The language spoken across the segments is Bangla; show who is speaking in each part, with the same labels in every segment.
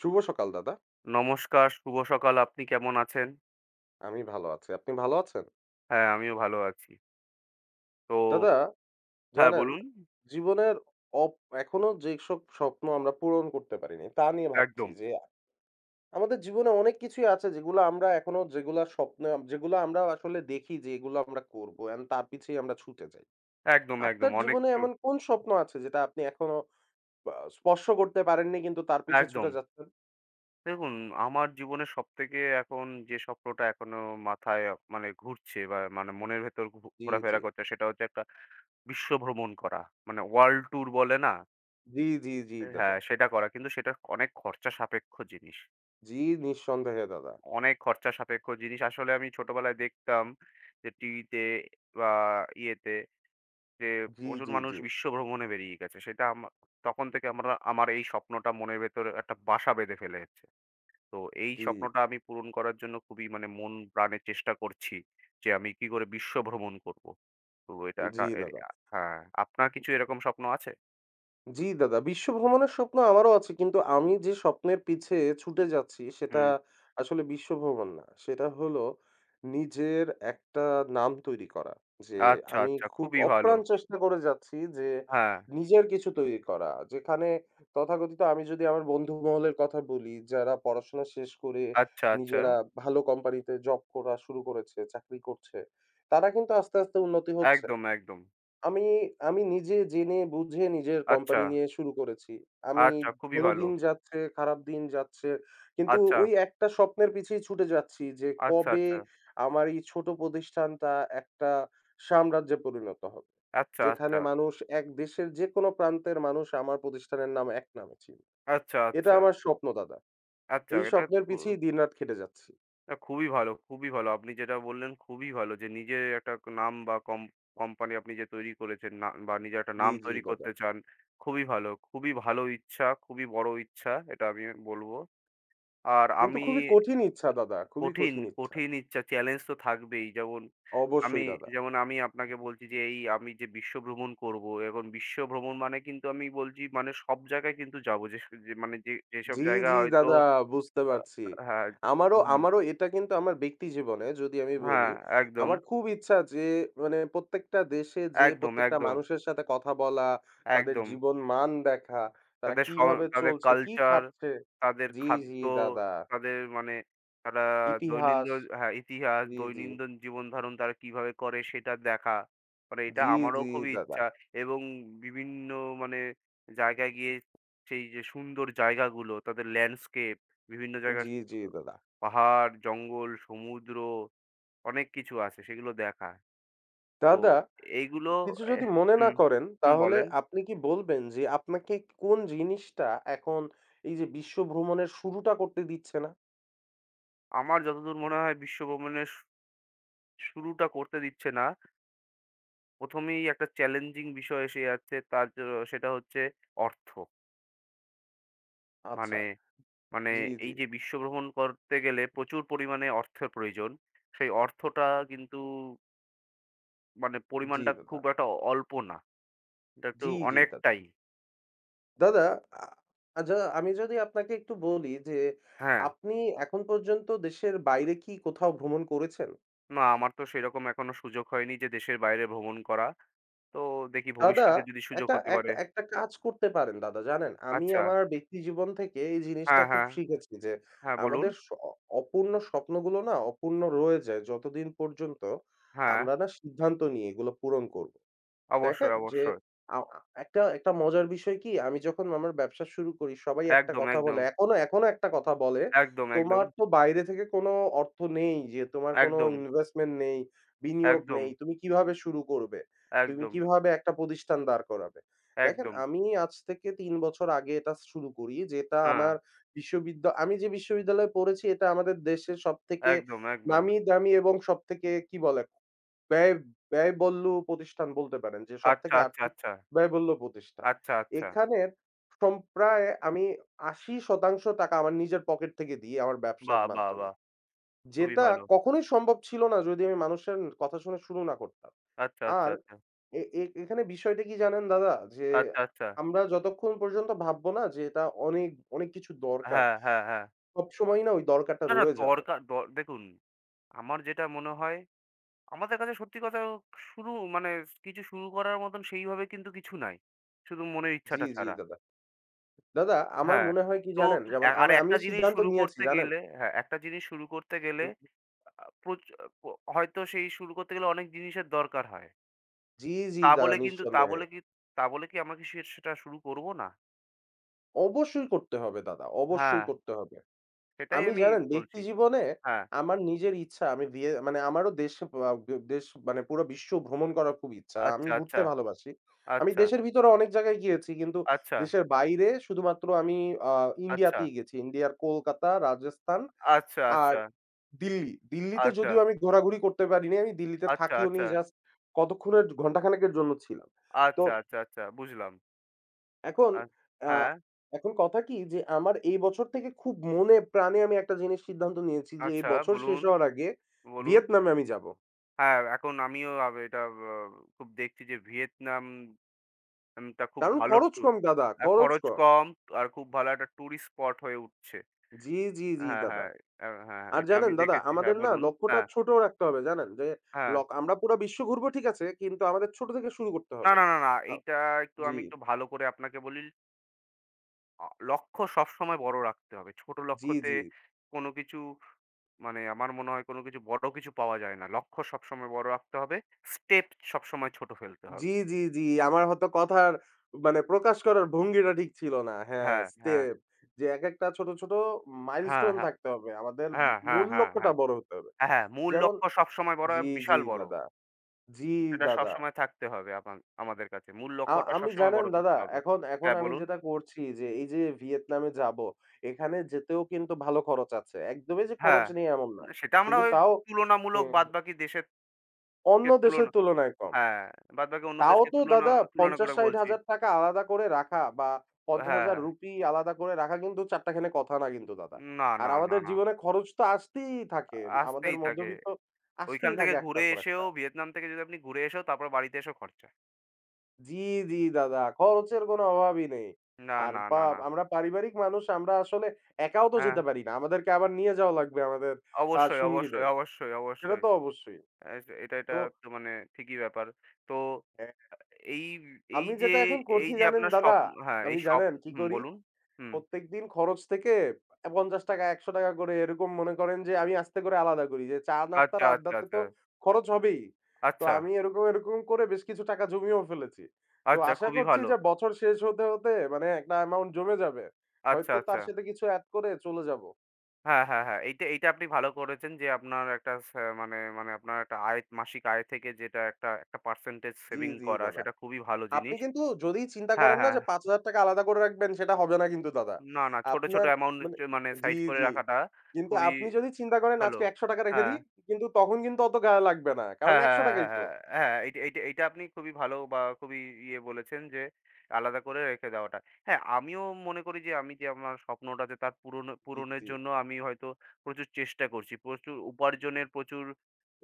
Speaker 1: শুভ সকাল দাদা।
Speaker 2: নমস্কার, শুভ সকাল। আপনি কেমন আছেন?
Speaker 1: আমি ভালো আছি। আপনি ভালো আছেন?
Speaker 2: হ্যাঁ, আমিও ভালো আছি। তো
Speaker 1: দাদা,
Speaker 2: হ্যাঁ,
Speaker 1: জানেন,
Speaker 2: বলুন।
Speaker 1: জীবনের অপ এখনো যেসব স্বপ্ন আমরা পূরণ করতে পারিনি তা নিয়ে ভাবছি
Speaker 2: একদম,
Speaker 1: যে আমাদের জীবনে অনেক কিছুই আছে যেগুলো আমরা এখনো যেগুলা স্বপ্নে যেগুলো আমরা আসলে দেখি যে এগুলো আমরা করব। এন্ড তার পিছেই আমরা ছুটে যাই।
Speaker 2: একদম।
Speaker 1: আপনার
Speaker 2: অনেক
Speaker 1: জীবনে
Speaker 2: কিছু
Speaker 1: এমন কোন স্বপ্ন আছে যেটা আপনি এখনো বা স্পর্শ করতে পারেননি কিন্তু তার পিছে
Speaker 2: একদম।
Speaker 1: ছুটে যাচ্ছেন?
Speaker 2: দেখুন, আমার জীবনে সবথেকে এখন যে স্বপ্নটা এখনো মাথায় মানে ঘুরছে বা মানে মনের ভেতর
Speaker 1: জি, জি।
Speaker 2: ঘোরাফেরা করছে সেটা হচ্ছে একটা বিশ্ব ভ্রমণ করা। মানে ওয়ার্ল্ড ট্যুর বলে না?
Speaker 1: জি, জি, জি দাদা।
Speaker 2: হ্যাঁ, সেটা করা। কিন্তু সেটা অনেক খরচা সাপেক্ষ জিনিস।
Speaker 1: জি নিঃসন্দেহে দাদা।
Speaker 2: অনেক খরচা সাপেক্ষ জিনিস। আসলে আমি ছোটবেলায় দেখতাম যে টিভিতে বা ইয়েতে যে
Speaker 1: জি,
Speaker 2: প্রচুর
Speaker 1: জি,
Speaker 2: মানুষ
Speaker 1: জি।
Speaker 2: বিশ্ব ভ্রমণে বেরিয়ে গেছে। সেটা আমা তখন থেকে আমরা আমার এই স্বপ্নটা মনের ভেতরে একটা বাসা বেঁধে ফেলেছে। তো এই
Speaker 1: জি,
Speaker 2: স্বপ্নটা আমি পূরণ করার জন্য খুবই মানে মন প্রাণে চেষ্টা করছি যে আমি কি করে বিশ্ব ভ্রমণ করব। তো এটা একটা
Speaker 1: জি
Speaker 2: এর
Speaker 1: দাদা।
Speaker 2: আ হ্যাঁ, আপনার কিছু এরকম স্বপ্ন আছে?
Speaker 1: জি দাদা, বিশ্ব ভ্রমণের স্বপ্ন আমারও আছে। কিন্তু আমি যে স্বপ্নের পিছে ছুটে যাচ্ছি সেটা
Speaker 2: হুম।
Speaker 1: আসলে বিশ্ব ভ্রমণ না। সেটা হলো নিজের একটা নাম তৈরি করা। যে
Speaker 2: আচ্ছা,
Speaker 1: আমি
Speaker 2: আচ্ছা
Speaker 1: খুব
Speaker 2: খুবই ভালো।
Speaker 1: অপ্রাণ চেষ্টা করে যাচ্ছি যে
Speaker 2: হ্যাঁ,
Speaker 1: নিজের কিছু তৈরি করা। যেখানে তথাকথিত, আমি যদি আমার বন্ধু মহলের কথা বলি, যারা পড়াশোনা শেষ করে
Speaker 2: আচ্ছা, আচ্ছা।
Speaker 1: নিজেরা ভালো কোম্পানিতে জব করা শুরু করেছে, চাকরি করছে, তারা কিন্তু আস্তে, আস্তে উন্নতি হচ্ছে।
Speaker 2: একদম, একদম।
Speaker 1: আমি আমি নিজে জেনে বুঝে নিজের
Speaker 2: আচ্ছা,
Speaker 1: কোম্পানি নিয়ে শুরু করেছি। আমি
Speaker 2: আচ্ছা খুবই
Speaker 1: ভালো
Speaker 2: ভালো।
Speaker 1: দিন যাচ্ছে, খারাপ দিন যাচ্ছে। কিন্তু
Speaker 2: আচ্ছা,
Speaker 1: ওই একটা স্বপ্নের পিছেই ছুটে যাচ্ছি যে
Speaker 2: আচ্ছা,
Speaker 1: কবে
Speaker 2: আচ্ছা,
Speaker 1: আমার এই ছোট প্রতিষ্ঠানটা একটা সাম্রাজ্যে পরিণত হবে।
Speaker 2: আচ্ছা,
Speaker 1: যেখানে
Speaker 2: আচ্ছা,
Speaker 1: মানুষ, এক দেশের যেকোনো প্রান্তের মানুষ আমার প্রতিষ্ঠানের নাম এক নামে চিনবে।
Speaker 2: আচ্ছা,
Speaker 1: এটা
Speaker 2: আচ্ছা,
Speaker 1: আমার স্বপ্ন দাদা।
Speaker 2: আচ্ছা।
Speaker 1: এই
Speaker 2: এটা
Speaker 1: স্বপ্নের
Speaker 2: খু
Speaker 1: পিছেই দিনরাত খেটে যাচ্ছি।
Speaker 2: না, খুবই ভালো, খুবই ভালো। আপনি যেটা বললেন খুবই ভালো যে নিজের একটা নাম বা কোম্পানি আপনি যে তৈরি করেছেন না বা নিজের একটা
Speaker 1: জি,
Speaker 2: নাম
Speaker 1: জি
Speaker 2: তৈরি
Speaker 1: দাদা।
Speaker 2: করতে চান। খুবই ভালো, খুবই ভালো ইচ্ছা, খুবই বড় ইচ্ছা এটা আমি বলব। আর
Speaker 1: কিন্তু
Speaker 2: আমি
Speaker 1: খুবই কঠিন ইচ্ছা দাদা, খুবই
Speaker 2: কঠিন,
Speaker 1: কঠিন ইচ্ছা।
Speaker 2: কঠিন ইচ্ছা চ্যালেঞ্জ তো থাকবেই। আমি
Speaker 1: অবশ্যই দাদা।
Speaker 2: যেমন আমি আপনাকে বলছি যে এই আমি যে বিশ্ব ভ্রমণ করব। এখন বিশ্ব ভ্রমণ মানে কিন্তু আমি বলছি মানে সব জায়গায় কিন্তু যাবো। যে, যে মানে যে যেসব
Speaker 1: জি,
Speaker 2: জায়গা
Speaker 1: জি
Speaker 2: হয়তো
Speaker 1: দাদা, বুঝতে
Speaker 2: আ
Speaker 1: পারছি।
Speaker 2: হ্যাঁ,
Speaker 1: আমারও
Speaker 2: হুম,
Speaker 1: আমারও এটা, কিন্তু আমার ব্যক্তি জীবনে যদি আমি বলি,
Speaker 2: হ্যাঁ, একদম।
Speaker 1: আমার খুব ইচ্ছা যে মানে প্রত্যেকটা দেশে যেয়ে
Speaker 2: একদম,
Speaker 1: প্রত্যেকটা
Speaker 2: একদম,
Speaker 1: মানুষের সাথে কথা বলা, তাদের
Speaker 2: একদম।
Speaker 1: জীবন মান দেখা, তারা
Speaker 2: তাদের স
Speaker 1: কিভাবে
Speaker 2: তাদের
Speaker 1: চলছে, কি
Speaker 2: কালচার,
Speaker 1: খাচ্ছে।
Speaker 2: তাদের
Speaker 1: জি, জি
Speaker 2: খাদ্য,
Speaker 1: দাদা।
Speaker 2: তাদের মানে তারা
Speaker 1: ইতিহাস।
Speaker 2: দৈনন্দিন হ্যাঁ, ইতিহাস,
Speaker 1: জি, জি।
Speaker 2: দৈনন্দিন জীবন ধারণ তারা কিভাবে করে সেটা দেখা। মানে এটা
Speaker 1: জি,
Speaker 2: আমারও
Speaker 1: জি
Speaker 2: খুবই
Speaker 1: দাদা।
Speaker 2: ইচ্ছা এবং বিভিন্ন মানে জায়গায় গিয়ে সেই যে সুন্দর জায়গাগুলো, তাদের ল্যান্ডস্কেপ, বিভিন্ন জায়গার
Speaker 1: জি, জি দাদা।
Speaker 2: পাহাড়, জঙ্গল, সমুদ্র অনেক কিছু আছে সেগুলো দেখা। তো
Speaker 1: দাদা,
Speaker 2: এইগুলো
Speaker 1: কিছু যদি
Speaker 2: এহ
Speaker 1: মনে না
Speaker 2: হুম,
Speaker 1: করেন
Speaker 2: হুম
Speaker 1: তাহলে
Speaker 2: বলেন।
Speaker 1: আপনি কি বলবেন যে আপনাকে কোন জিনিসটা এখন এই যে বিশ্ব ভ্রমণের শুরুটা করতে দিচ্ছে না?
Speaker 2: আমার যতদূর মনে হয় বিশ্ব ভ্রমণের শু শুরুটা করতে দিচ্ছে না। ১ম এই একটা চ্যালেঞ্জিং বিষয় এসে যাচ্ছে তার জ সেটা হচ্ছে অর্থ। মানে
Speaker 1: আচ্ছা।
Speaker 2: মানে
Speaker 1: জি,
Speaker 2: এই
Speaker 1: জি।
Speaker 2: যে বিশ্ব ভ্রমণ করতে গেলে প্রচুর পরিমাণে অর্থের প্রয়োজন। সেই অর্থটা কিন্তু মানে
Speaker 1: জি,
Speaker 2: পরিমাণটা
Speaker 1: দাদা।
Speaker 2: খুব একটা অল্প না। এটা একটু
Speaker 1: জি, জি, দাদা।
Speaker 2: অনেকটাই।
Speaker 1: দাদা, আ আচ্ছা, আমি যদি আপনাকে একটু বলি যে
Speaker 2: হ্যাঁ।
Speaker 1: আপনি এখন পর্যন্ত দেশের বাইরে কি কোথাও ভ্রমণ করেছেন?
Speaker 2: না আমার তো সেরকম এখনো সুযোগ হয়নি যে দেশের বাইরে ভ্রমণ করা। তো দেখি
Speaker 1: দাদা,
Speaker 2: ভবিষ্যতে যদি সুযোগ
Speaker 1: একটা
Speaker 2: হতে পারে।
Speaker 1: একটা একটা কাজ করতে পারেন দাদা, জানেন? আমি
Speaker 2: আচ্ছা।
Speaker 1: আমার ব্যক্তি জীবন থেকে এই জিনিসটা
Speaker 2: হ্যাঁ,
Speaker 1: খুব
Speaker 2: হ্যাঁ।
Speaker 1: শিখেছি যে
Speaker 2: হ্যাঁ বলুন।
Speaker 1: আমাদের অপূর্ণ স্বপ্নগুলো না অপূর্ণ রয়ে যায় যতদিন পর্যন্ত
Speaker 2: হ্যাঁ,
Speaker 1: আমরা না সিদ্ধান্ত নিই এগুলো পূরণ করব। দেখেন
Speaker 2: অবশ্যই,
Speaker 1: যে
Speaker 2: অবশ্যই।
Speaker 1: আ আ একটা একটা মজার বিষয় কি, আমি যখন আমার ব্যবসা শুরু করি সবাই একটা
Speaker 2: একদম,
Speaker 1: কথা বলে।
Speaker 2: একদম,
Speaker 1: এখনো, এখনো একটা কথা বলে,
Speaker 2: একদম, একদম,
Speaker 1: "তোমার তো বাইরে থেকে কোনো অর্থ নেই, যে তোমার কোনো
Speaker 2: একদম,
Speaker 1: ইনভেস্টমেন্ট নেই, বিনিয়োগ
Speaker 2: একদম,
Speaker 1: নেই। তুমি কিভাবে শুরু করবে? তুমি
Speaker 2: একদম,
Speaker 1: কিভাবে একটা প্রতিষ্ঠান দাঁড় করাবে?" দেখেন,
Speaker 2: একদম।
Speaker 1: আমি আজ থেকে ৩ বছর আগে এটা শুরু করি যেটা
Speaker 2: হ্যাঁ,
Speaker 1: আমার আমি যে বিশ্ববিদ্যালয়ে পড়েছি এটা আমাদের দেশের সবথেকে
Speaker 2: একদম, একদম।
Speaker 1: নামি দামি এবং সবথেকে, কি বলে, ব্যয় ব্যয়বহুল প্রতিষ্ঠান বলতে পারেন, যে
Speaker 2: আচ্ছা,
Speaker 1: সবথেকে
Speaker 2: আচ্ছা,
Speaker 1: আর্থিক
Speaker 2: আচ্ছা,
Speaker 1: ব্যয়বহুল প্রতিষ্ঠান।
Speaker 2: আচ্ছা।
Speaker 1: এখানের প্রায় আমি ৮০% টাকা আমার নিজের পকেট থেকে দিই আমার ব্যবসার
Speaker 2: বাহ! বাহ!
Speaker 1: মাধ্যমে।
Speaker 2: বাহ! খুবই
Speaker 1: যেটা
Speaker 2: ভালো।
Speaker 1: কখনোই সম্ভব ছিল না যদি আমি মানুষের কথা শুনে শুরু না করতাম।
Speaker 2: আচ্ছা, আচ্ছা,
Speaker 1: আর
Speaker 2: আচ্ছা,
Speaker 1: এ এ এখানে বিষয়টা কি জানেন দাদা? যে
Speaker 2: আচ্ছা।
Speaker 1: আমরা যতক্ষণ পর্যন্ত ভাববো না যে এটা অনেক, অনেক কিছু দরকার,
Speaker 2: হ্যাঁ, হ্যাঁ, হ্যাঁ।
Speaker 1: সবসময়ই না ওই দরকারটা
Speaker 2: না, না
Speaker 1: রয়ে যাবে।
Speaker 2: দরকার দ দেখুন, আমার যেটা মনে হয় আমাদের কাছে সত্যি কথা শুরু মানে কিছু শুরু করার মতন সেইভাবে কিন্তু কিছু নাই। শুধু মনের
Speaker 1: জি,
Speaker 2: ইচ্ছাটা
Speaker 1: জি
Speaker 2: ছাড়া।
Speaker 1: দাদা। দাদা, আমার
Speaker 2: হ্যাঁ,
Speaker 1: মনে হয় কি
Speaker 2: তো
Speaker 1: জানেন? যেমন
Speaker 2: আর
Speaker 1: আমি আমি
Speaker 2: একটা জিনিস
Speaker 1: সিদ্ধান্ত
Speaker 2: শুরু
Speaker 1: নিয়েছি,
Speaker 2: করতে
Speaker 1: জানেন?
Speaker 2: গেলে হ্যাঁ, একটা জিনিস শুরু করতে গেলে আ প্রচ প হয়তো সেই শুরু করতে গেলে অনেক জিনিসের দরকার হয়।
Speaker 1: জি, জি
Speaker 2: তা
Speaker 1: দাদা,
Speaker 2: বলে কিন্তু তা
Speaker 1: নিঃসন্দেহে।
Speaker 2: বলে কি তা বলে কি আমরা কি সেটা শুরু করব না?
Speaker 1: অবশ্যই করতে হবে দাদা, অবশ্যই
Speaker 2: হ্যাঁ,
Speaker 1: করতে হবে।
Speaker 2: সেটাই
Speaker 1: আমি,
Speaker 2: আমি
Speaker 1: জানেন, ব্যক্তি
Speaker 2: বলছি।
Speaker 1: জীবনে
Speaker 2: হ্যাঁ,
Speaker 1: আমার নিজের ইচ্ছা আমি দিয়ে মানে আমারও দেশ দেশ মানে পুরো বিশ্ব ভ্রমণ করার খুব ইচ্ছা। আমি
Speaker 2: আচ্ছা,
Speaker 1: ঘুরতে
Speaker 2: আচ্ছা,
Speaker 1: ভালোবাসি। আমি
Speaker 2: আচ্ছা,
Speaker 1: দেশের ভিতরে অনেক জায়গায় গিয়েছি কিন্তু
Speaker 2: আচ্ছা,
Speaker 1: দেশের বাইরে শুধুমাত্র আমি আ
Speaker 2: আচ্ছা,
Speaker 1: ইন্ডিয়াতেই গেছি। ইন্ডিয়ার কলকাতা, রাজস্থান
Speaker 2: আচ্ছা,
Speaker 1: আর
Speaker 2: আচ্ছা,
Speaker 1: দিল্লি। দিল্লিতে
Speaker 2: আচ্ছা,
Speaker 1: যদিও আমি ঘোরাঘুরি করতে পারিনি। আমি দিল্লিতে
Speaker 2: আচ্ছা,
Speaker 1: থাকিও নি,
Speaker 2: আচ্ছা,
Speaker 1: জাস্ট কতক্ষণের, ঘন্টা খানেকের জন্য ছিলাম। তো
Speaker 2: আচ্ছা, আচ্ছা, আচ্ছা বুঝলাম।
Speaker 1: এখন
Speaker 2: আ
Speaker 1: আ
Speaker 2: হ্যাঁ,
Speaker 1: এখন কথা কি যে, আমার এই বছর থেকে খুব মনে প্রাণে আমি একটা জিনিস সিদ্ধান্ত নিয়েছি যে এই
Speaker 2: আচ্ছা
Speaker 1: বছর শেষ
Speaker 2: বলুন,
Speaker 1: হওয়ার আগে
Speaker 2: বলুন।
Speaker 1: ভিয়েতনামে আমি যাবো।
Speaker 2: হ্যাঁ, এখন আমিও আব এটা আব খুব দেখছি যে ভিয়েতনাম টা খুব
Speaker 1: কারণ
Speaker 2: ভালো
Speaker 1: খরচ
Speaker 2: ট্যুর
Speaker 1: কম দাদা, খরচ
Speaker 2: খরচ
Speaker 1: কম।
Speaker 2: কম আর খুব ভালো একটা টুরিস্ট স্পট হয়ে উঠছে।
Speaker 1: জি, জি, জি
Speaker 2: হ্যাঁ,
Speaker 1: দাদা।
Speaker 2: হ্যাঁ। হ্যাঁ, হ্যাঁ,
Speaker 1: আর
Speaker 2: এটা
Speaker 1: জানেন
Speaker 2: আমি
Speaker 1: দাদা,
Speaker 2: দেখেছি। হ্যাঁ,
Speaker 1: আমাদের না
Speaker 2: বলুন।
Speaker 1: লক্ষ্যটা
Speaker 2: হ্যাঁ,
Speaker 1: ছোট রাখতে হবে, জানেন? যে
Speaker 2: হ্যাঁ।
Speaker 1: আমরা পুরা বিশ্ব ঘুরবো, ঠিক আছে, কিন্তু আমাদের ছোট থেকে শুরু করতে
Speaker 2: না,
Speaker 1: হবে।
Speaker 2: না, না, না।
Speaker 1: আ
Speaker 2: এইটা একটু
Speaker 1: জি,
Speaker 2: আমি একটু ভালো করে আপনাকে বলি। লক্ষ্য সবসময় বড় রাখতে হবে। ছোট
Speaker 1: জি,
Speaker 2: লক্ষ্যতে
Speaker 1: জি।
Speaker 2: কোনো কিছু মানে আমার মনে হয় কোনো কিছু বড় কিছু পাওয়া যায় না। লক্ষ্য সবসময় বড় রাখতে হবে। স্টেপ সবসময় ছোট ফেলতে
Speaker 1: জি,
Speaker 2: হবে।
Speaker 1: জি, জি। আমার হয়তো কথার মানে প্রকাশ করার ভঙ্গিটা ঠিক ছিল না। হ্যাঁ,
Speaker 2: হ্যাঁ, হ্যাঁ,
Speaker 1: স্টেপ, যে একেকটা ছোট, ছোট
Speaker 2: হ্যাঁ,
Speaker 1: মাইলস্টোন
Speaker 2: হ্যাঁ,
Speaker 1: থাকতে হবে। আমাদের
Speaker 2: হ্যাঁ, হ্যাঁ,
Speaker 1: মূল
Speaker 2: হ্যাঁ,
Speaker 1: লক্ষ্যটা
Speaker 2: হ্যাঁ।
Speaker 1: বড় হতে হবে।
Speaker 2: হ্যাঁ, হ্যাঁ, মূল
Speaker 1: যেমন
Speaker 2: লক্ষ্য সবসময় বড়,
Speaker 1: জি, জি
Speaker 2: বিশাল বড়।
Speaker 1: দাদা। জি
Speaker 2: সেটা
Speaker 1: দাদা।
Speaker 2: সবসময় থাকতে হবে আমাদের কাছে। মূল লক্ষ্যটা
Speaker 1: আমি,
Speaker 2: সবসময়
Speaker 1: জানেন
Speaker 2: বড়
Speaker 1: দাদা,
Speaker 2: থাকতে হবে।
Speaker 1: এখন
Speaker 2: হ্যাঁ,
Speaker 1: আমি
Speaker 2: বলুন।
Speaker 1: যেটা করছি, যে এই যে ভিয়েতনামে যাবো, এখানে যেতেও কিন্তু ভালো খরচ আছে। একদমই যে
Speaker 2: হ্যাঁ।
Speaker 1: খরচ নেই এমন না।
Speaker 2: না সেটা আমরা
Speaker 1: কিন্তু
Speaker 2: ওই
Speaker 1: তাও,
Speaker 2: তুলনামূলক
Speaker 1: হুম, হুম,
Speaker 2: বাদবাকি দেশের
Speaker 1: অন্য
Speaker 2: কে
Speaker 1: দেশের
Speaker 2: তুলনা
Speaker 1: তুলনায় কম।
Speaker 2: হ্যাঁ, বাদবাকি অন্য
Speaker 1: তাও
Speaker 2: দেশকে
Speaker 1: তো
Speaker 2: তুলনা
Speaker 1: দাদা,
Speaker 2: তুলনা করে বলছি।
Speaker 1: ৫০,০-৬০,০০০ আলাদা করে রাখা বা
Speaker 2: হ্যাঁ,
Speaker 1: ৳৫০,০০০
Speaker 2: হ্যাঁ।
Speaker 1: আলাদা করে রাখা কিন্তু চারটাখানে কথা না কিন্তু দাদা।
Speaker 2: না,
Speaker 1: আর
Speaker 2: না, না,
Speaker 1: আমাদের
Speaker 2: না।
Speaker 1: জীবনে খরচ তো আসতেই থাকে। আমাদের
Speaker 2: আসতেই থাকে।
Speaker 1: মধ্যবিত্ত,
Speaker 2: ওইখান
Speaker 1: আসতেই
Speaker 2: থেকে
Speaker 1: থাকে একটার
Speaker 2: ঘুরে
Speaker 1: পর
Speaker 2: এসেও
Speaker 1: একটা।
Speaker 2: ভিয়েতনাম থেকে যদি আপনি ঘুরে এসেও তারপর বাড়িতে এসেও খরচা।
Speaker 1: জি, জি দাদা, খরচের কোনো অভাবই নেই।
Speaker 2: না,
Speaker 1: আর
Speaker 2: না, না, না।
Speaker 1: আমরা পারিবারিক মানুষ, আমরা আসলে একাও তো
Speaker 2: হ্যাঁ,
Speaker 1: যেতে পারি না। আমাদেরকে আবার নিয়ে যাওয়া লাগবে আমাদের
Speaker 2: অবশ্যই, অবশ্যই,
Speaker 1: সঙ্গীদের।
Speaker 2: অবশ্যই,
Speaker 1: সেটা
Speaker 2: অবশ্যই।
Speaker 1: তো অবশ্যই।
Speaker 2: এ এটা এটা
Speaker 1: তো
Speaker 2: তো মানে ঠিকই ব্যাপার। তো
Speaker 1: অ্যা
Speaker 2: এই এই
Speaker 1: আমি
Speaker 2: যে
Speaker 1: যেটা এখন
Speaker 2: এই
Speaker 1: করছি,
Speaker 2: যে
Speaker 1: জানেন
Speaker 2: আপনার
Speaker 1: দাদা?
Speaker 2: স্বপ্ন হ্যাঁ,
Speaker 1: আমি
Speaker 2: এই
Speaker 1: জানেন
Speaker 2: স্বপ্ন
Speaker 1: কি
Speaker 2: হুম,
Speaker 1: করি?
Speaker 2: বলুন। হুম।
Speaker 1: প্রত্যেকদিন খরচ থেকে ৳৫০ ৳১০০ করে, এরকম মনে করেন যে, আমি আস্তে করে আলাদা করি। যে চা নাস্তার
Speaker 2: আচ্ছা, আচ্ছা,
Speaker 1: আড্ডাতে তো
Speaker 2: আচ্ছা।
Speaker 1: খরচ হবেই। তো
Speaker 2: আচ্ছা,
Speaker 1: আমি এরকম করে বেশ কিছু টাকা জমিয়েও ফেলেছি। তো
Speaker 2: আচ্ছা
Speaker 1: আশা
Speaker 2: খুবই
Speaker 1: করছি
Speaker 2: ভালো।
Speaker 1: যে বছর শেষ হতে মানে একটা অ্যামাউন্ট জমে যাবে।
Speaker 2: আচ্ছা,
Speaker 1: হয়তো
Speaker 2: আচ্ছা।
Speaker 1: তার সাথে কিছু এড করে চলে যাব।
Speaker 2: হ্যাঁ, হ্যাঁ, হ্যাঁ। এইটা এইটা আপনি ভালো করেছেন যে আপনার একটা সা মানে মানে আপনার একটা আয় মাসিক আয় থেকে যেটা একটা একটা percentage
Speaker 1: জি,
Speaker 2: সেভিং
Speaker 1: জি
Speaker 2: করা
Speaker 1: দাদা।
Speaker 2: সেটা খুবই ভালো
Speaker 1: আপনি
Speaker 2: জিনিস।
Speaker 1: কিন্তু যদি চিন্তা
Speaker 2: হ্যাঁ,
Speaker 1: করেন না
Speaker 2: হ্যাঁ।
Speaker 1: যে
Speaker 2: হ্যাঁ।
Speaker 1: ৳৫,০০০ আলাদা করে রাখবেন, সেটা হবে না কিন্তু দাদা।
Speaker 2: না, না ছোট, ছোট
Speaker 1: আপনার
Speaker 2: অ্যামাউন্ট
Speaker 1: মানে
Speaker 2: মানে
Speaker 1: জি,
Speaker 2: সাইড করে
Speaker 1: জি।
Speaker 2: রাখাটা
Speaker 1: কিন্তু
Speaker 2: খুবই
Speaker 1: আপনি যদি চিন্তা করেন
Speaker 2: ভালো।
Speaker 1: আজকে ৳১০০ রেখে
Speaker 2: হ্যাঁ।
Speaker 1: দিই, কিন্তু তখন কিন্তু অত গায়ে লাগবে না। কারণ
Speaker 2: হ্যাঁ,
Speaker 1: ৳১০০
Speaker 2: হ্যাঁ, হ্যাঁ,
Speaker 1: ই তো।
Speaker 2: হ্যাঁ, হ্যাঁ, হ্যাঁ, এইটা এইটা এইটা আপনি খুবই ভালো বা খুবই ইয়ে বলেছেন যে আলাদা করে রেখে দেওয়াটা। হ্যাঁ, আমিও মনে করি যে আমি যে আমার স্বপ্নটা আছে তার পূরণ
Speaker 1: জি,
Speaker 2: পূরণের
Speaker 1: জি।
Speaker 2: জন্য আমি হয়তো প্রচুর চেষ্টা করছি। প্রচুর উপার্জনের প্রচুর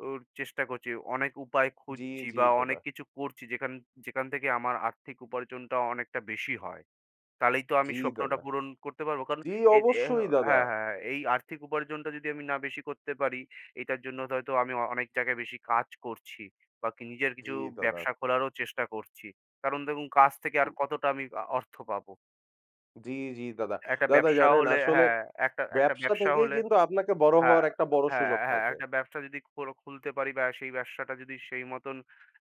Speaker 2: চেষ্টা করছি। অনেক উপায়
Speaker 1: জি,
Speaker 2: খুঁজছি
Speaker 1: জি
Speaker 2: বা
Speaker 1: দাদা।
Speaker 2: অনেক কিছু করছি যেখান যেখান থেকে আমার আর্থিক উপার্জনটা অনেকটা বেশি হয়। তাহলেই তো আমি
Speaker 1: জি
Speaker 2: স্বপ্নটা
Speaker 1: দাদা।
Speaker 2: পূরণ করতে পারবো। কারণ
Speaker 1: জি,
Speaker 2: এই যে
Speaker 1: অবশ্যই দাদা।
Speaker 2: হ্যাঁ, হ্যাঁ, হ্যাঁ, এই আর্থিক উপার্জনটা যদি আমি না বেশি করতে পারি, এটার জন্য হয়তো আমি অনেক জায়গায় বেশি কাজ করছি বা কি নিজের
Speaker 1: জি
Speaker 2: কিছু
Speaker 1: দাদা।
Speaker 2: ব্যবসা খোলারও চেষ্টা করছি। কারণ দেখুন কাজ থেকে আর
Speaker 1: হুম।
Speaker 2: কতটা আমি অর্থ পাবো।
Speaker 1: জি, জি দাদা।
Speaker 2: একটা
Speaker 1: দাদা,
Speaker 2: ব্যবসা
Speaker 1: জানেন,
Speaker 2: হলে
Speaker 1: আসলে
Speaker 2: হ্যাঁ, একটা একটা
Speaker 1: ব্যবসা
Speaker 2: ব্যবসা
Speaker 1: থেকেই
Speaker 2: হলে
Speaker 1: কিন্তু আপনাকে বড়
Speaker 2: হ্যাঁ,
Speaker 1: হওয়ার একটা বড়
Speaker 2: হ্যাঁ,
Speaker 1: সুযোগ
Speaker 2: হ্যাঁ,
Speaker 1: থাকে।
Speaker 2: একটা ব্যবসা যদি খুলতে পারি বা সেই ব্যবসাটা যদি সেই মতন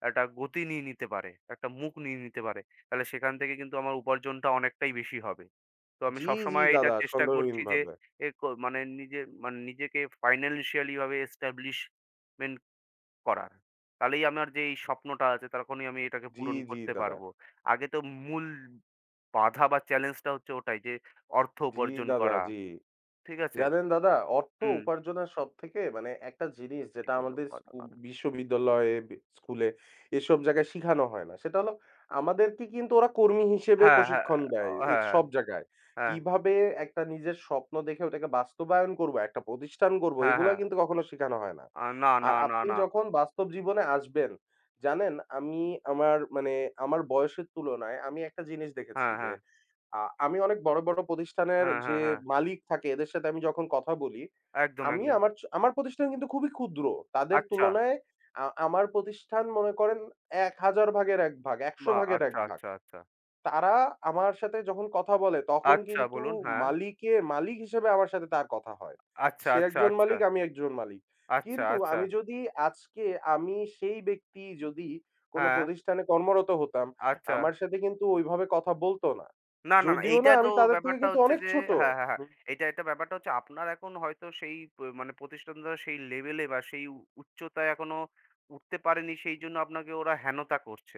Speaker 2: একটা গতি নিয়ে নিতে পারে, একটা মুখ নিয়ে নিতে পারে, তাহলে সেখান থেকে কিন্তু আমার উপার্জনটা অনেকটাই বেশি হবে। তো আমি
Speaker 1: জি, জি
Speaker 2: সবসময় এটা
Speaker 1: দাদা,
Speaker 2: চেষ্টা করছি যে
Speaker 1: সন্দেহহীনভাবে।
Speaker 2: এ ক মানে নিজে মানে নিজেকে ফাইন্যান্সিয়ালি ভাবে এস্টাবলিশমেন্ট করার। তাহলেই আমার যে এই স্বপ্নটা আছে তখনই আমি এটাকে
Speaker 1: জি,
Speaker 2: পূরণ
Speaker 1: জি
Speaker 2: করতে
Speaker 1: দাদা।
Speaker 2: পারবো। আগে তো মূল বাধা বা চ্যালেঞ্জটা হচ্ছে ওটাই যে অর্থ
Speaker 1: জি
Speaker 2: উপার্জন
Speaker 1: দাদা,
Speaker 2: করা।
Speaker 1: জি।
Speaker 2: ঠিক আছে?
Speaker 1: জানেন দাদা, অর্থ
Speaker 2: হুম।
Speaker 1: উপার্জনের সবথেকে, মানে, একটা জিনিস যেটা
Speaker 2: কোনো
Speaker 1: আমাদের
Speaker 2: বাধা না
Speaker 1: বিশ্ববিদ্যালয়ে, স্কুলে, এসব জায়গায় শিখানো হয় না। সেটা হলো, আমাদেরকে কিন্তু ওরা কর্মী হিসেবে
Speaker 2: হ্যাঁ, হ্যাঁ,
Speaker 1: প্রশিক্ষণ দেয় এ
Speaker 2: হ্যাঁ, হ্যাঁ,
Speaker 1: সব জায়গায়।
Speaker 2: হ্যাঁ,
Speaker 1: কিভাবে একটা নিজের স্বপ্ন দেখে ওটাকে বাস্তবায়ন করবো, একটা প্রতিষ্ঠান করবো,
Speaker 2: হ্যাঁ,
Speaker 1: এগুলা
Speaker 2: হ্যাঁ।
Speaker 1: কিন্তু কখনো শিখানো হয় না।
Speaker 2: না,
Speaker 1: আর
Speaker 2: না, না,
Speaker 1: আপনি
Speaker 2: না।
Speaker 1: যখন বাস্তব জীবনে আসবেন, জানেন, আমি আমার মানে, আমার বয়সের তুলনায় আমি একটা জিনিস দেখেছি
Speaker 2: হ্যাঁ,
Speaker 1: যে
Speaker 2: হ্যাঁ,
Speaker 1: আ আমি অনেক বড়, বড় প্রতিষ্ঠানের
Speaker 2: হ্যাঁ,
Speaker 1: যে
Speaker 2: হ্যাঁ, হ্যাঁ।
Speaker 1: মালিক থাকে এদের সাথে আমি যখন কথা বলি,
Speaker 2: একদম,
Speaker 1: আমি
Speaker 2: একদম।
Speaker 1: আমার আমার প্রতিষ্ঠান কিন্তু খুবই ক্ষুদ্র। তাদের
Speaker 2: আচ্ছা,
Speaker 1: তুলনায় আমার প্রতিষ্ঠান, মনে করেন, ১ হাজার ভাগের ১ ভাগ, ১০০
Speaker 2: বাহ!
Speaker 1: ভাগের ১
Speaker 2: আচ্ছা,
Speaker 1: ভাগ।
Speaker 2: আচ্ছা, আচ্ছা।
Speaker 1: তারা আমার সাথে যখন কথা বলে তখন
Speaker 2: আচ্ছা
Speaker 1: কিন্তু
Speaker 2: বলুন, হ্যাঁ।
Speaker 1: মালিকে মালিক হিসেবে আমার সাথে তার কথা হয়।
Speaker 2: আচ্ছা,
Speaker 1: সে
Speaker 2: আচ্ছা,
Speaker 1: একজন
Speaker 2: আচ্ছা,
Speaker 1: মালিক, আমি একজন মালিক।
Speaker 2: আচ্ছা,
Speaker 1: কিন্তু
Speaker 2: আচ্ছা।
Speaker 1: আমি যদি আজকে, আমি সেই ব্যক্তি যদি কোনো
Speaker 2: হ্যাঁ,
Speaker 1: প্রতিষ্ঠানে কর্মরত হতাম,
Speaker 2: আচ্ছা।
Speaker 1: আমার সাথে কিন্তু ওইভাবে কথা বলত না।
Speaker 2: না, না, না
Speaker 1: যদিও না
Speaker 2: এইটা তো
Speaker 1: আমি তাদের থেকে
Speaker 2: ব্যাপারটা
Speaker 1: কিন্তু
Speaker 2: হচ্ছে
Speaker 1: অনেক
Speaker 2: যে
Speaker 1: ছোট।
Speaker 2: হ্যাঁ, হ্যাঁ, হ্যাঁ। এটা ব্যাপারটা হচ্ছে আপনার এখন হয়তো সেই প মানে প্রতিষ্ঠানটা সেই লেভেলে বা সেই উচ্চতায় এখনো উঠতে পারেনি সেইজন্য আপনাকে ওরা হেনতা করছে।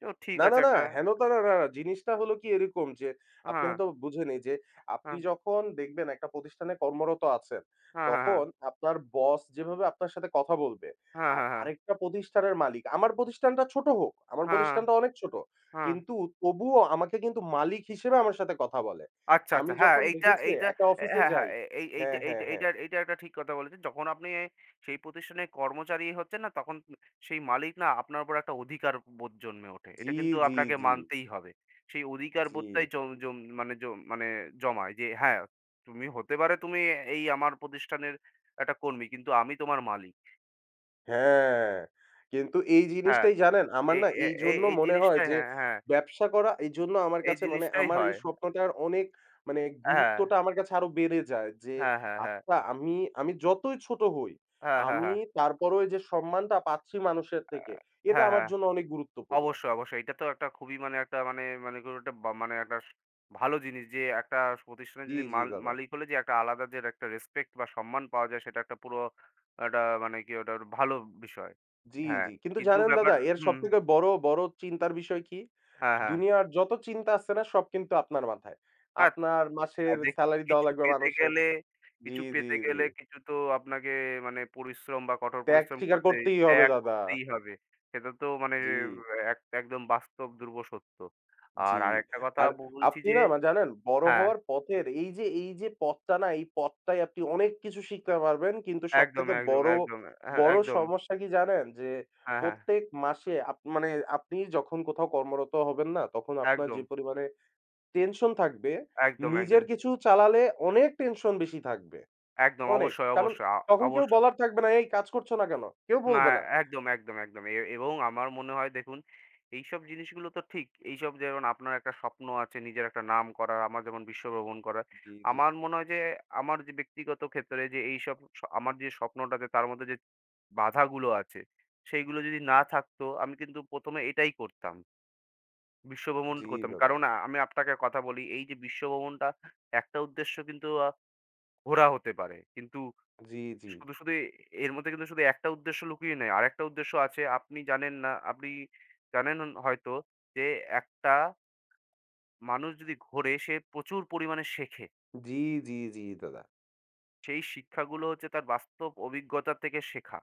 Speaker 2: তো ঠিক
Speaker 1: না,
Speaker 2: আছে
Speaker 1: না, না।
Speaker 2: একটা
Speaker 1: হেন-তেন না, না। জিনিসটা হলো কি এরকম যে, আপনি
Speaker 2: হ্যাঁ,
Speaker 1: হয়তো বুঝেনি যে, আপনি
Speaker 2: হ্যাঁ,
Speaker 1: যখন দেখবেন একটা প্রতিষ্ঠানে কর্মরত আছেন,
Speaker 2: হ্যাঁ, হ্যাঁ, হ্যাঁ,
Speaker 1: তখন আপনার বস যেভাবে আপনার সাথে কথা বলবে,
Speaker 2: হ্যাঁ,
Speaker 1: আর
Speaker 2: হ্যাঁ, হ্যাঁ।
Speaker 1: আরেকটা প্রতিষ্ঠানের মালিক, আমার প্রতিষ্ঠানটা ছোট হোক, আমার
Speaker 2: হ্যাঁ,
Speaker 1: প্রতিষ্ঠানটা অনেক ছোট।
Speaker 2: হ্যাঁ।
Speaker 1: কিন্তু তবুও আমাকে কিন্তু মালিক হিসেবে আমার সাথে কথা বলে।
Speaker 2: আচ্ছা,
Speaker 1: আমি
Speaker 2: আচ্ছা। হ্যাঁ,
Speaker 1: যখন
Speaker 2: এইটা
Speaker 1: দেখেছি
Speaker 2: এইটা
Speaker 1: একটা
Speaker 2: এ
Speaker 1: অফিসে
Speaker 2: হ্যাঁ, হ্যাঁ।
Speaker 1: যাই,
Speaker 2: এ এই এইটা
Speaker 1: হ্যাঁ,
Speaker 2: এইটা
Speaker 1: হ্যাঁ, হ্যাঁ।
Speaker 2: এইটা এইটা একটা ঠিক কথা বলেছেন। যখন আপনি সেই প্রতিষ্ঠানে কর্মচারী হচ্ছেন না, তখন সেই মালিক না আপনার উপর একটা অধিকার বোধ জন্মে ওঠে। এটা
Speaker 1: জি,
Speaker 2: কিন্তু
Speaker 1: জি,
Speaker 2: আপনাকে
Speaker 1: জি,
Speaker 2: মানতেই হবে। সেই অধিকার
Speaker 1: জি।
Speaker 2: বোধটাই জম জম মানে জম মানে জমায় যে, হ্যাঁ, তুমি হতে পারে তুমি এই আমার প্রতিষ্ঠানের একটা কর্মী, কিন্তু আমি তোমার মালিক।
Speaker 1: হ্যাঁ, কিন্তু এই
Speaker 2: হ্যাঁ,
Speaker 1: জিনিসটাই, জানেন, আমার
Speaker 2: এই
Speaker 1: না
Speaker 2: এ এই
Speaker 1: এইজন্য
Speaker 2: এই
Speaker 1: মনে হয়
Speaker 2: জিনিসটাই
Speaker 1: যে
Speaker 2: হ্যাঁ, হ্যাঁ।
Speaker 1: ব্যবসা করা এইজন্য আমার
Speaker 2: এই
Speaker 1: কাছে, মানে,
Speaker 2: জিনিসটাই
Speaker 1: আমার এই
Speaker 2: হয়।
Speaker 1: স্বপ্নটার অনেক, মানে,
Speaker 2: হ্যাঁ,
Speaker 1: গুরুত্বটা আমার কাছে আরো বেড়ে যায় যে
Speaker 2: হ্যাঁ।
Speaker 1: আচ্ছা, আমি আমি যতই ছোট হই,
Speaker 2: হ্যাঁ, হ্যাঁ,
Speaker 1: আমি
Speaker 2: হ্যাঁ।
Speaker 1: তারপরেও এই যে সম্মানটা পাচ্ছি মানুষের
Speaker 2: আ
Speaker 1: থেকে,
Speaker 2: হ্যাঁ,
Speaker 1: এটা
Speaker 2: হ্যাঁ।
Speaker 1: আমার
Speaker 2: হ্যাঁ,
Speaker 1: জন্য অনেক গুরুত্বপূর্ণ।
Speaker 2: অবশ্যই, অবশ্যই। এটা তো একটা খুবই মানে একটা মানে মানে কোনো একটা বা মানে একটা স ভালো জিনিস যে একটা প্রতিষ্ঠানে
Speaker 1: জি,
Speaker 2: যদি
Speaker 1: জি দাদা।
Speaker 2: মালিক হলে যে একটা আলাদা যে একটা রেসপেক্ট বা সম্মান পাওয়া যায় সেটা একটা পুরো একটা মানে কি ওটা একটা ভালো বিষয়।
Speaker 1: জি,
Speaker 2: হ্যাঁ,
Speaker 1: জি। কিন্তু
Speaker 2: কিন্তু
Speaker 1: জানেন
Speaker 2: ব্যাপার
Speaker 1: দাদা, এর
Speaker 2: হুম,
Speaker 1: সবথেকে বড়, বড় চিন্তার বিষয় কি?
Speaker 2: হ্যাঁ, হ্যাঁ।
Speaker 1: দুনিয়ার যত চিন্তা আছে না, সব কিন্তু আপনার মাথায়।
Speaker 2: হ্যাঁ,
Speaker 1: আপনার মাসের
Speaker 2: দেখুন
Speaker 1: সেলারি দেওয়া
Speaker 2: কিছু
Speaker 1: লাগবে
Speaker 2: পেতে
Speaker 1: মানুষের।
Speaker 2: গেলে
Speaker 1: জি, জি, জি।
Speaker 2: কিছু তো আপনাকে মানে পরিশ্রম বা কঠোর
Speaker 1: ত্যাগ
Speaker 2: পরিশ্রম
Speaker 1: স্বীকার
Speaker 2: করতে
Speaker 1: করতেই হবে
Speaker 2: ত্যাগ
Speaker 1: দাদা।
Speaker 2: করতেই হবে। সেটা তো মানে
Speaker 1: জি,
Speaker 2: এক একদম বাস্তব সত্য। আর
Speaker 1: জি।
Speaker 2: আরেকটা কথা
Speaker 1: আর
Speaker 2: বলছি
Speaker 1: আপনি
Speaker 2: যে
Speaker 1: না জানেন, বড়
Speaker 2: হ্যাঁ।
Speaker 1: হওয়ার পথের এই যে, এই যে পথটা না, এই পথটায় আপনি অনেক কিছু শিখতে পারবেন। কিন্তু
Speaker 2: একদম,
Speaker 1: সবথেকে
Speaker 2: একদম,
Speaker 1: বড়,
Speaker 2: একদম। হ্যাঁ,
Speaker 1: বড়
Speaker 2: একদম।
Speaker 1: সমস্যা কি জানেন? যে
Speaker 2: হ্যাঁ, হ্যাঁ।
Speaker 1: প্রত্যেক মাসে মানে আপনি যখন কোথাও কর্মরত হবেন না তখন আপনার যে
Speaker 2: একদম,
Speaker 1: পরিমাণে টেনশন থাকবে,
Speaker 2: একদম,
Speaker 1: নিজের
Speaker 2: একদম,
Speaker 1: কিছু চালালে অনেক টেনশন বেশি থাকবে।
Speaker 2: একদম।
Speaker 1: অনেক।
Speaker 2: অবশ্যই,
Speaker 1: কারণ
Speaker 2: অবশ্যই,
Speaker 1: তখন কেউ
Speaker 2: অবশ্যই।
Speaker 1: বলার থাকবে না, "এই কাজ করছো না কেন?" কেউ
Speaker 2: না,
Speaker 1: বলবে না।
Speaker 2: একদম। এবং আমার মনে হয় দেখুন, এইসব জিনিসগুলো তো ঠিক। এইসব যেমন আপনার একটা স্বপ্ন আছে নিজের একটা নাম করার, আমার যেমন বিশ্ব ভ্রমণ করার।
Speaker 1: জি, জি।
Speaker 2: আমার মনে হয় যে আমার যে ব্যক্তিগত ক্ষেত্রে যে এইসব আমার যে স্বপ্নটা আছে তার মধ্যে যে বাধাগুলো আছে, সেইগুলো যদি না থাকতো আমি কিন্তু ১ম এটাই করতাম। বিশ্বভ্রমণ
Speaker 1: জি,
Speaker 2: করতাম।
Speaker 1: দাদা।
Speaker 2: কারণ আমি আপনাকে কথা বলি, এই যে বিশ্বভ্রমণটা একটা উদ্দেশ্য কিন্তু ঘোরা হতে পারে। কিন্তু
Speaker 1: জি, জি।
Speaker 2: শুধু এর মধ্যে কিন্তু শুধু একটা উদ্দেশ্য লুকিয়ে নেই। আরেকটা উদ্দেশ্য আছে। আপনি জানেন না, আপনি জানেন হয়তো যে একটা মানুষ যদি ঘোরে সে প্রচুর পরিমাণে শেখে।
Speaker 1: জি, জি, জি দাদা।
Speaker 2: সেই শিক্ষাগুলো হচ্ছে তার বাস্তব অভিজ্ঞতা থেকে শেখা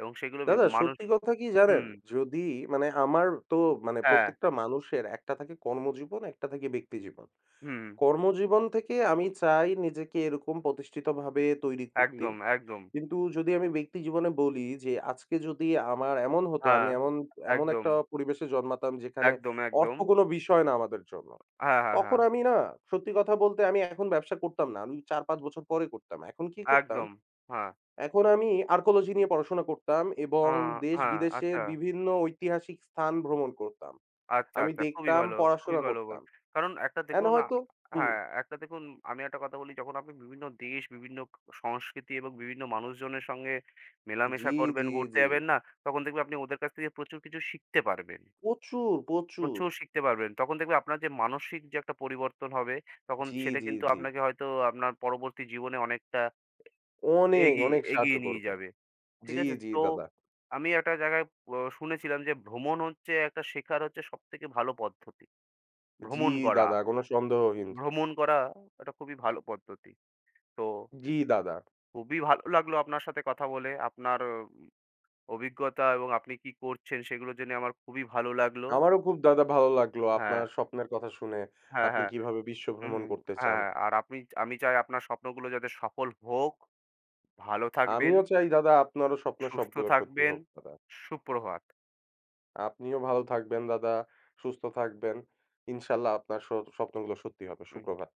Speaker 2: এবং সেগুলো
Speaker 1: দাদা
Speaker 2: মানুষ
Speaker 1: সত্যি কথা কি জানেন?
Speaker 2: হুম,
Speaker 1: যদি, মানে, আমার তো মানে
Speaker 2: হ্যাঁ,
Speaker 1: প্রত্যেকটা মানুষের একটা থাকে কর্মজীবন, একটা থাকে ব্যক্তিজীবন।
Speaker 2: হুম,
Speaker 1: কর্মজীবন থেকে আমি চাই নিজেকে এরকম প্রতিষ্ঠিতভাবে তৈরি করতে।
Speaker 2: একদম, একদম।
Speaker 1: কিন্তু যদি আমি ব্যক্তি জীবনে বলি যে আজকে যদি আমার এমন হতো,
Speaker 2: হ্যাঁ,
Speaker 1: আমি এমন
Speaker 2: একদম,
Speaker 1: একটা পরিবেশে জন্মাতাম যেখানে
Speaker 2: একদম।
Speaker 1: অর্থ কোনো বিষয় না আমাদের জন্য।
Speaker 2: হ্যাঁ, হ্যাঁ,
Speaker 1: তখন
Speaker 2: হ্যাঁ,
Speaker 1: আমি না, সত্যি কথা বলতে, আমি এখন ব্যবসা করতাম না। আমি ৪-৫ বছর পরে করতাম। এখন কি করতাম,
Speaker 2: একদম, হ্যাঁ।
Speaker 1: এখন আমি আর্কোলজি নিয়ে পড়াশোনা করতাম এবং
Speaker 2: আ হ্যাঁ,
Speaker 1: দেশ-বিদেশের
Speaker 2: আচ্ছা,
Speaker 1: বিভিন্ন ঐতিহাসিক স্থান ভ্রমণ করতাম।
Speaker 2: আচ্ছা,
Speaker 1: আমি
Speaker 2: আচ্ছা। খুবই
Speaker 1: দেখতাম,
Speaker 2: ভালো, খুবই
Speaker 1: পড়াশোনা
Speaker 2: ভালো বল
Speaker 1: করতাম।
Speaker 2: কারণ একটা
Speaker 1: এন্ড
Speaker 2: দেখুন
Speaker 1: হয়তো হুম।
Speaker 2: হ্যাঁ, একটা দেখুন আমি একটা কথা বলি যখন আপনি বিভিন্ন দেশ, বিভিন্ন সংস্কৃতি এবং বিভিন্ন মানুষজনের সঙ্গে মেলামেশা
Speaker 1: জি,
Speaker 2: করবেন,
Speaker 1: জি,
Speaker 2: ঘুরতে
Speaker 1: জি।
Speaker 2: যাবেন না? তখন দেখবেন আপনি ওদের কাছ থেকে প্রচুর কিছু শিখতে পারবেন।
Speaker 1: প্রচুর, প্রচুর।
Speaker 2: প্রচুর শিখতে পারবেন। তখন দেখবেন আপনার যে মানসিক যে একটা পরিবর্তন হবে, তখন
Speaker 1: জি,
Speaker 2: সেটা
Speaker 1: জি,
Speaker 2: কিন্তু
Speaker 1: জি।
Speaker 2: আপনাকে হয়তো আপনার পরবর্তী জীবনে অনেকটা
Speaker 1: অনেক,
Speaker 2: এগিয়ে
Speaker 1: অনেক সাহায্য
Speaker 2: এগিয়ে নিয়ে
Speaker 1: করবে।
Speaker 2: যাবে। ঠিক
Speaker 1: জি,
Speaker 2: আছে?
Speaker 1: জি
Speaker 2: তো
Speaker 1: দাদা।
Speaker 2: আমি একটা জায়গায় শুনেছিলাম যে ভ্রমণ হচ্ছে একটা শেখার হচ্ছে সবথেকে ভালো পদ্ধতি।
Speaker 1: জি
Speaker 2: ভ্রমণ করা।
Speaker 1: দাদা, কোনো সন্দেহহীন।
Speaker 2: ভ্রমণ করা একটা খুবই ভালো পদ্ধতি। তো
Speaker 1: জি দাদা।
Speaker 2: খুবই ভালো লাগলো আপনার সাথে কথা বলে। আপনার অভিজ্ঞতা এবং আপনি কি করছেন সেগুলো জেনে আমার খুবই ভালো লাগলো।
Speaker 1: আমারও খুব দাদা ভালো লাগলো
Speaker 2: হ্যাঁ,
Speaker 1: আপনার স্বপ্নের কথা শুনে।
Speaker 2: হ্যাঁ,
Speaker 1: আপনি
Speaker 2: হ্যাঁ।
Speaker 1: কিভাবে বিশ্ব
Speaker 2: হুম,
Speaker 1: ভ্রমণ
Speaker 2: হুম।
Speaker 1: করতে
Speaker 2: হ্যাঁ,
Speaker 1: চান।
Speaker 2: হ্যাঁ। আর আপনি আমি চাই আপনার স্বপ্নগুলো যাতে সফল হোক। ভালো থাকবেন,
Speaker 1: আমিও চাই দাদা, আপনারও স্বপ্ন
Speaker 2: সুস্থ
Speaker 1: সবগুলো সত্যি
Speaker 2: থাকবেন।
Speaker 1: হোক দাদা।
Speaker 2: সুপ্রভাত।
Speaker 1: আপনিও ভালো থাকবেন দাদা, সুস্থ থাকবেন। ইনশাআল্লাহ আপনার স্বপ্নগুলো সত্যি হবে।
Speaker 2: হুম।
Speaker 1: সুপ্রভাত।